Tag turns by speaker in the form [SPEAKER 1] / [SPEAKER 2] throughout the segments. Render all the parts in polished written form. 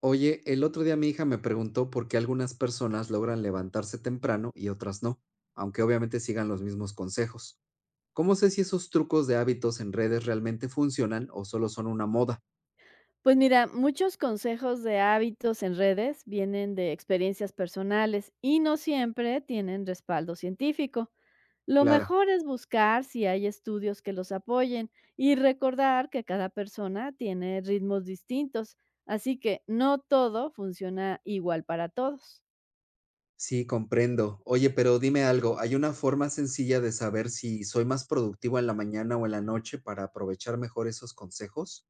[SPEAKER 1] Oye, el otro día mi hija me preguntó por qué algunas personas logran levantarse temprano y otras no, aunque obviamente sigan los mismos consejos. ¿Cómo sé si esos trucos de hábitos en redes realmente funcionan o solo son una moda?
[SPEAKER 2] Pues mira, muchos consejos de hábitos en redes vienen de experiencias personales y no siempre tienen respaldo científico. Lo
[SPEAKER 1] Claro.
[SPEAKER 2] mejor es buscar si hay estudios que los apoyen y recordar que cada persona tiene ritmos distintos, así que no todo funciona igual para todos.
[SPEAKER 1] Sí, comprendo. Oye, pero dime algo, ¿hay una forma sencilla de saber si soy más productivo en la mañana o en la noche para aprovechar mejor esos consejos?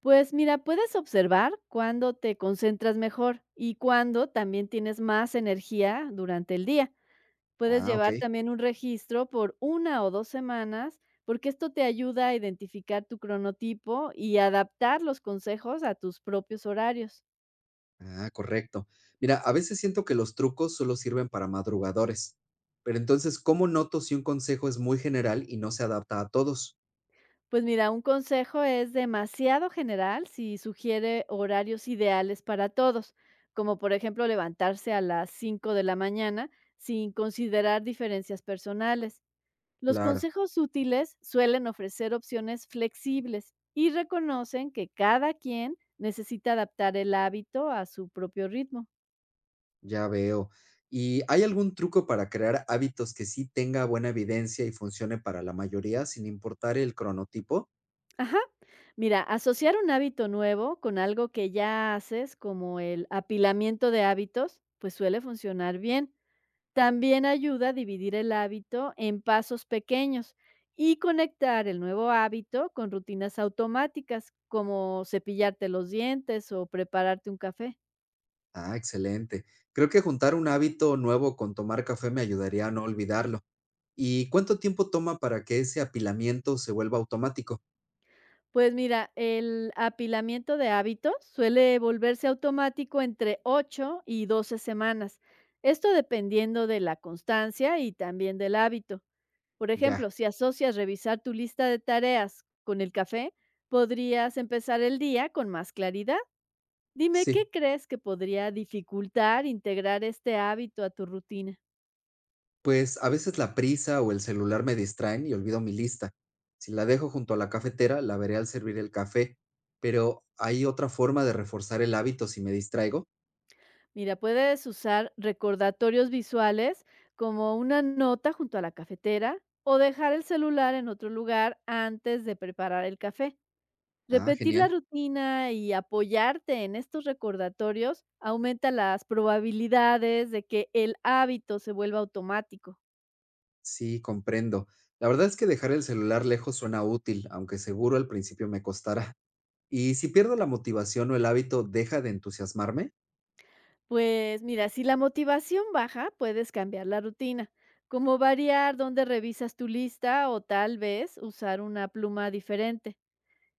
[SPEAKER 2] Pues mira, puedes observar cuándo te concentras mejor y cuándo también tienes más energía durante el día. Puedes
[SPEAKER 1] Ah, ok.
[SPEAKER 2] llevar también un registro por 1 o 2 semanas, porque esto te ayuda a identificar tu cronotipo y adaptar los consejos a tus propios horarios.
[SPEAKER 1] Ah, correcto. Mira, a veces siento que los trucos solo sirven para madrugadores, pero entonces, ¿cómo noto si un consejo es muy general y no se adapta a todos?
[SPEAKER 2] Pues mira, un consejo es demasiado general si sugiere horarios ideales para todos, como por ejemplo levantarse a las 5 de la mañana sin considerar diferencias personales. Los
[SPEAKER 1] Claro,
[SPEAKER 2] consejos útiles suelen ofrecer opciones flexibles y reconocen que cada quien necesita adaptar el hábito a su propio ritmo.
[SPEAKER 1] ya veo. ¿Y hay algún truco para crear hábitos que sí tenga buena evidencia y funcione para la mayoría sin importar el cronotipo?
[SPEAKER 2] Ajá. Mira, asociar un hábito nuevo con algo que ya haces, como el apilamiento de hábitos, pues suele funcionar bien. También ayuda a dividir el hábito en pasos pequeños y conectar el nuevo hábito con rutinas automáticas, como cepillarte los dientes o prepararte un café.
[SPEAKER 1] Ah, excelente. Creo que juntar un hábito nuevo con tomar café me ayudaría a no olvidarlo. ¿Y cuánto tiempo toma para que ese apilamiento se vuelva automático?
[SPEAKER 2] Pues mira, el apilamiento de hábitos suele volverse automático entre 8 y 12 semanas. Esto dependiendo de la constancia y también del hábito. Por
[SPEAKER 1] Ya,
[SPEAKER 2] ejemplo, si asocias revisar tu lista de tareas con el café, podrías empezar el día con más claridad. Dime, ¿qué
[SPEAKER 1] sí.
[SPEAKER 2] crees que podría dificultar integrar este hábito a tu rutina?
[SPEAKER 1] Pues a veces la prisa o el celular me distraen y olvido mi lista. Si la dejo junto a la cafetera, la veré al servir el café. Pero ¿hay otra forma de reforzar el hábito si me distraigo?
[SPEAKER 2] Mira, puedes usar recordatorios visuales como una nota junto a la cafetera o dejar el celular en otro lugar antes de preparar el café.
[SPEAKER 1] Ah,
[SPEAKER 2] Repetir
[SPEAKER 1] genial.
[SPEAKER 2] la rutina y apoyarte en estos recordatorios aumenta las probabilidades de que el hábito se vuelva automático.
[SPEAKER 1] Sí, comprendo. La verdad es que dejar el celular lejos suena útil, aunque seguro al principio me costará. ¿Y si pierdo la motivación o el hábito, deja de entusiasmarme?
[SPEAKER 2] Pues mira, si la motivación baja, puedes cambiar la rutina, como variar dónde revisas tu lista o tal vez usar una pluma diferente.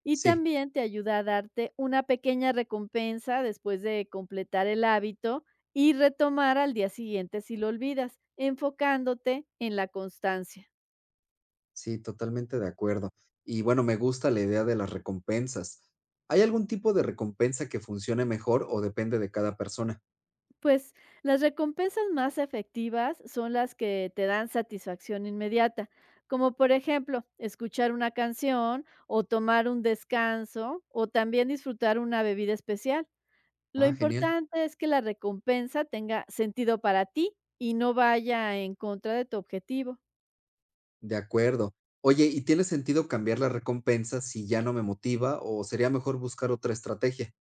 [SPEAKER 2] Y
[SPEAKER 1] Sí,
[SPEAKER 2] también te ayuda a darte una pequeña recompensa después de completar el hábito y retomar al día siguiente si lo olvidas, enfocándote en la constancia.
[SPEAKER 1] sí, totalmente de acuerdo. Y bueno, me gusta la idea de las recompensas. ¿Hay algún tipo de recompensa que funcione mejor o depende de cada persona?
[SPEAKER 2] Pues las recompensas más efectivas son las que te dan satisfacción inmediata, como por ejemplo escuchar una canción o tomar un descanso o también disfrutar una bebida especial. Lo
[SPEAKER 1] Ah, genial.
[SPEAKER 2] importante es que la recompensa tenga sentido para ti y no vaya en contra de tu objetivo.
[SPEAKER 1] De acuerdo. Oye, ¿y tiene sentido cambiar la recompensa si ya no me motiva o sería mejor buscar otra estrategia?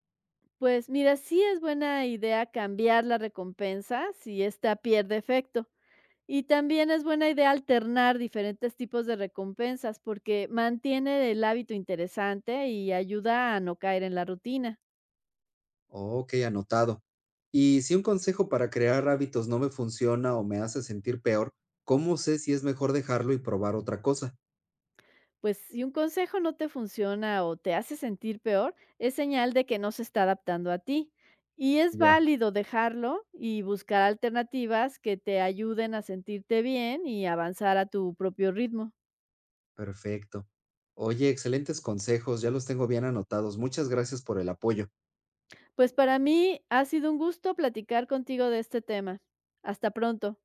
[SPEAKER 2] Pues mira, sí es buena idea cambiar la recompensa si ésta pierde efecto. Y también es buena idea alternar diferentes tipos de recompensas porque mantiene el hábito interesante y ayuda a no caer en la rutina.
[SPEAKER 1] Ok, anotado. Y si un consejo para crear hábitos no me funciona o me hace sentir peor, ¿cómo sé si es mejor dejarlo y probar otra cosa?
[SPEAKER 2] Pues si un consejo no te funciona o te hace sentir peor, es señal de que no se está adaptando a ti. Y es
[SPEAKER 1] Ya,
[SPEAKER 2] válido dejarlo y buscar alternativas que te ayuden a sentirte bien y avanzar a tu propio ritmo.
[SPEAKER 1] perfecto. Oye, excelentes consejos, ya los tengo bien anotados. Muchas gracias por el apoyo.
[SPEAKER 2] Pues para mí ha sido un gusto platicar contigo de este tema. Hasta pronto.